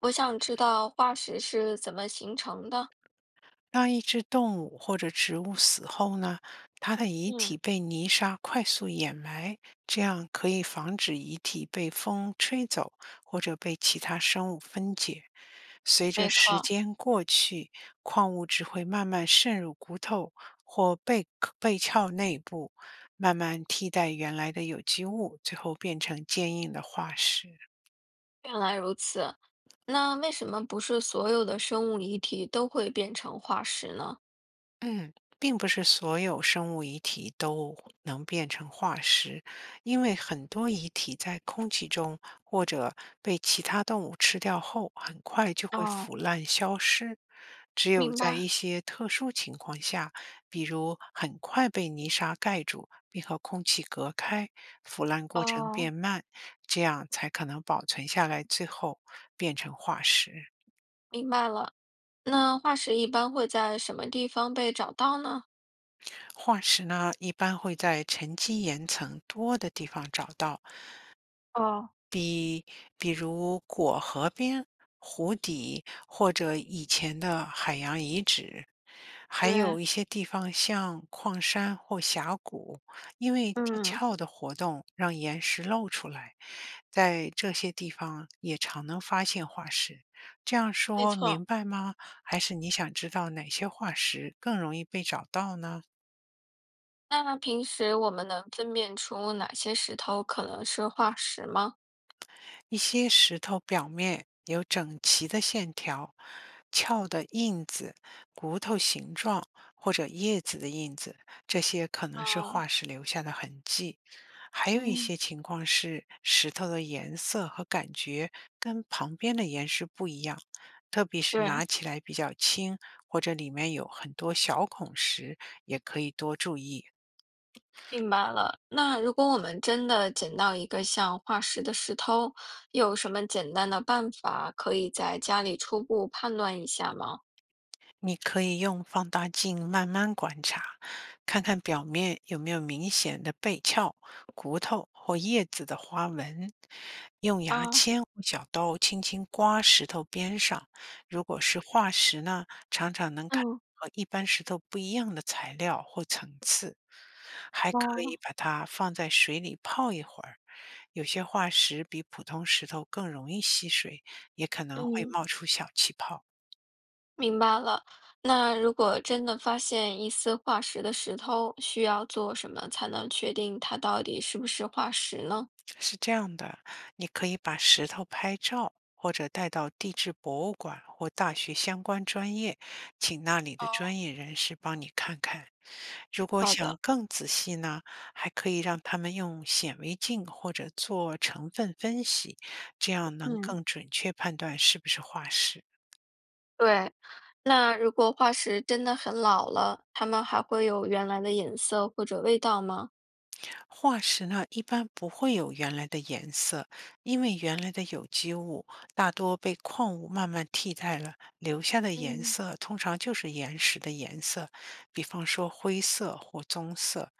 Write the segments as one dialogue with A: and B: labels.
A: 我想知道化石是怎么形成的。
B: 当一只动物或者植物死后呢，它的遗体
A: 嗯，
B: 被泥沙快速掩埋，这样可以防止遗体被风吹走或者被其他生物分解。随着
A: 没
B: 时
A: 错，
B: 间过去，矿物质会慢慢渗入骨头或背壳内部，慢慢替代原来的有机物，最后变成坚硬的化石。
A: 原来如此。那为什么不是所有的生物遗体都会变成化石呢？
B: 嗯，并不是所有生物遗体都能变成化石，因为很多遗体在空气中或者被其他动物吃掉后，很快就会
A: 哦，
B: 腐烂消失。只有
A: 明
B: 在
A: 白。
B: 一些特殊情况下，比如很快被泥沙盖住，并和空气隔开，腐烂过程
A: 哦，
B: 变慢，这样才可能保存下来，最后变成化石。
A: 明白了。那化石一般会在什么地方被找到呢？
B: 化石呢，一般会在沉积岩层多的地方找到，
A: 哦，
B: 比比如河边、湖底或者以前的海洋遗址，还
A: 对，
B: 有一些地方像矿山或峡谷，因为地
A: 嗯，
B: 壳的活动让岩石露出来，在这些地方也常能发现化石。这样
A: 没
B: 说
A: 错。
B: 明白吗？还是你想知道哪些化石更容易被找到呢？
A: 那平时我们能分辨出哪些石头可能是化石吗？
B: 一些石头表面有整齐的线条、翘的印子、骨头形状或者叶子的印子，这些可能是
A: 哦，
B: 化石留下的痕迹。还有一
A: 嗯，
B: 些情况是石头的颜色和感觉跟旁边的岩石不一样，特别是
A: 对。
B: 拿起来比较轻或者里面有很多小孔时，也可以多注意。
A: 明白了。那如果我们真的捡到一个像化石的石头，有什么简单的办法可以在家里初步判断一下吗？
B: 你可以用放大镜慢慢观察，看看表面有没有明显的背壳、骨头或叶子的花纹。用牙
A: 啊，
B: 签或小刀轻轻刮石头边上，如果是化石呢，常常能看
A: 嗯，
B: 和一般石头不一样的材料或层次。还可以
A: 啊，
B: 把它放在水里泡一会儿，有些化石比普通石头更容易吸水，也可能会
A: 嗯，
B: 冒出小气泡。
A: 明白了。那如果真的发现一丝化石的石头，需要做什么才能确定它到底是不是化石呢？
B: 是这样的，你可以把石头拍照，或者带到地质博物馆或大学相关专业，请那里的
A: 哦，
B: 专业人士帮你看看。如果
A: 好
B: 想
A: 的，
B: 更仔细呢，还可以让他们用显微镜或者做成分分析，这样能
A: 嗯，
B: 更准确判断是不是化石。
A: 对。那如果化石真的很老了，它们还会有原来的颜色或者味道吗？
B: 化石呢，一般不会有原来的颜色，因为原来的有机物大多被矿物慢慢替代了，留下的颜
A: 嗯。
B: 色通常就是岩石的颜色，比方说灰色或棕色。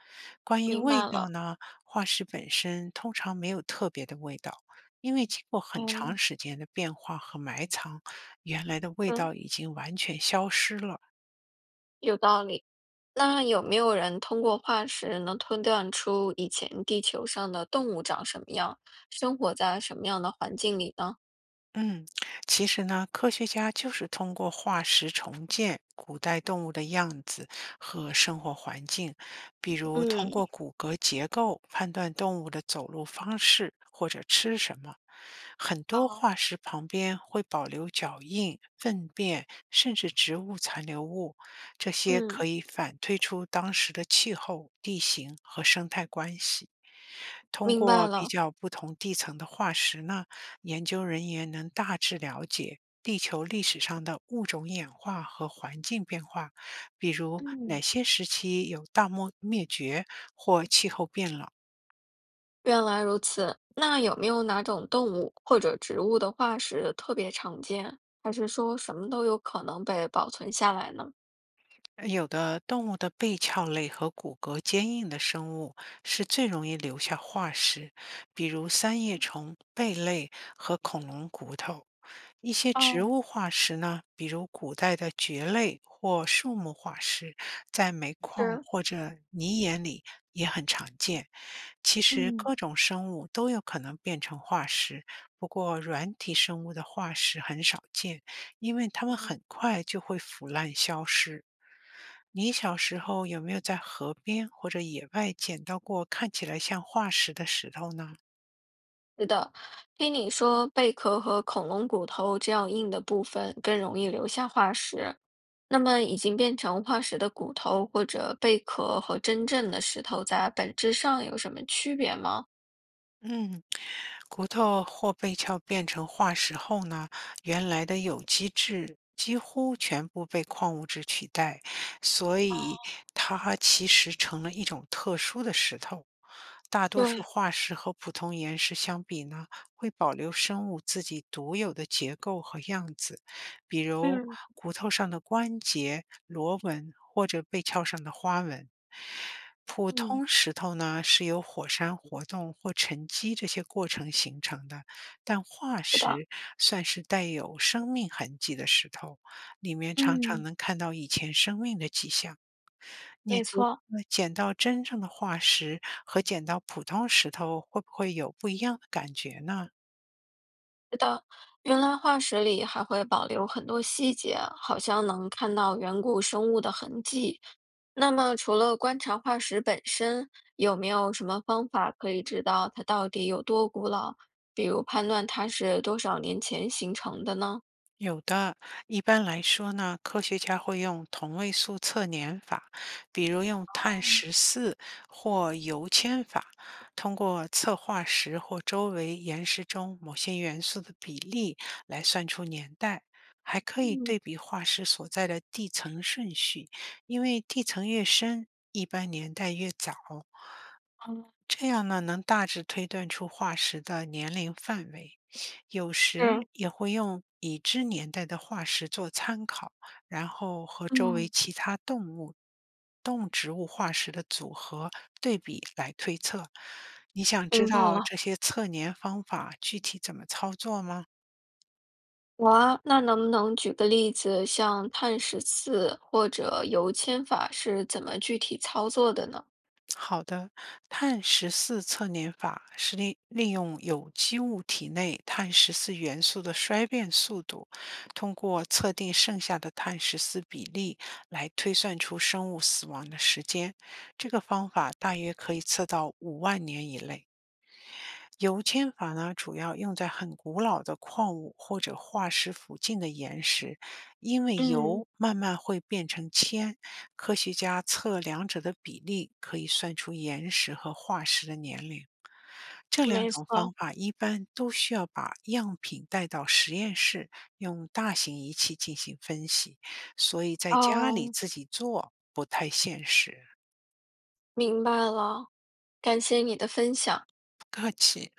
B: 关于
A: 明
B: 味
A: 白
B: 道
A: 了，
B: 呢，化石本身通常没有特别的味道，因为经过很长
A: 哦，
B: 时间的变化和埋藏，原来的味
A: 嗯。
B: 道已经完全消失了。
A: 有道理。那有没有人通过化石能推断出以前地球上的动物长什么样，生活在什么样的环境里呢？
B: 嗯，其实呢，科学家就是通过化石重建古代动物的样子和生活环境，比如通
A: 嗯，
B: 过骨骼结构判断动物的走路方式或者吃什么。很多
A: 哦，
B: 化石旁边会保留脚印、粪便，甚至植物残留物，这些可
A: 嗯，
B: 以反推出当时的气候、地形和生态关系。通
A: 明白
B: 过比
A: 了，
B: 较不同地层的化石呢，研究人员能大致了解地球历史上的物种演化和环境变化，比如哪
A: 嗯。
B: 些时期有大漠灭绝或气候变冷。
A: 原来如此。那有没有哪种动物或者植物的化石特别常见，还是说什么都有可能被保存下来呢？
B: 有的动物的背壳类和骨骼坚硬的生物是最容易留下化石，比如三叶虫、贝类和恐龙骨头。一些植物化石呢，比如古代的蕨类或树木化石，在煤矿或者泥岩里也很常见。其实
A: 嗯。
B: 各种生物都有可能变成化石，不过软体生物的化石很少见。因为它们很快就会腐烂消失。你小时候有没有在河边或者野外捡到过看起来像化石的石头呢？
A: 是的，听你说贝壳和恐龙骨头这样硬的部分更容易留下化石，那么已经变成化石的骨头或者贝壳和真正的石头在本质上有什么区别吗？
B: 嗯，骨头或被壳变成化石后呢，原来的有机质几乎全部被矿物质取代，所以它其实成了一种特殊的石头。大多数
A: 对，
B: 化石和普通岩石相比呢，会保留生物自己独有的结构和样子，比如
A: 嗯
B: 骨头上的关节、螺纹或者背壳上的花纹。普
A: 嗯，
B: 通石头呢是由火山活动或沉积这些过程形成的，但化
A: 是的，
B: 石算是带有生命痕迹的石头，里面常常
A: 嗯，
B: 能看到以前生命的迹象。你
A: 没
B: 觉
A: 错，
B: 得捡到真正的化石和捡到普通石头会不会有不一样的感觉呢？
A: 是的，原来化石里还会保留很多细节，好像能看到远古生物的痕迹。那么，除了观察化石本身，有没有什么方法可以知道它到底有多古老？比如判断它是多少年前形成的呢？
B: 有的，一般来说呢，科学家会用同位素测年法，比如用碳十四或铀铅法，通过测化石或周围岩石中某些元素的比例来算出年代。还可以
A: 嗯
B: 对比化石所在的地层顺序，因为地层越深，一般年代越早。
A: 嗯，
B: 这样呢，能大致推断出化石的年龄范围，有时
A: 是。
B: 也会用已知年代的化石做参考，然后和周围
A: 嗯，
B: 其他动物、动植物化石的组合对比来推测。你想知
A: 明白
B: 道
A: 了，
B: 这些测年方法具体怎么操作吗？
A: 哇，那能不能举个例子，像碳十四或者油签法是怎么具体操作的呢？
B: 好的，碳十四测年法是利用有机物体内碳十四元素的衰变速度，通过测定剩下的碳十四比例来推算出生物死亡的时间。这个方法大约可以测到5万年以内。油铅法呢，主要用在很古老的矿物或者化石附近的岩石，因为
A: 嗯，
B: 油慢慢会变成铅。科学家测量者的比例，可以算出岩石和化石的年龄。这两
A: 没
B: 种方
A: 错。
B: 法一般都需要把样品带到实验室，用大型仪器进行分析，所以在家里
A: 哦，
B: 自己做不太现实。
A: 明白了，感谢你的分享。
B: 不客气。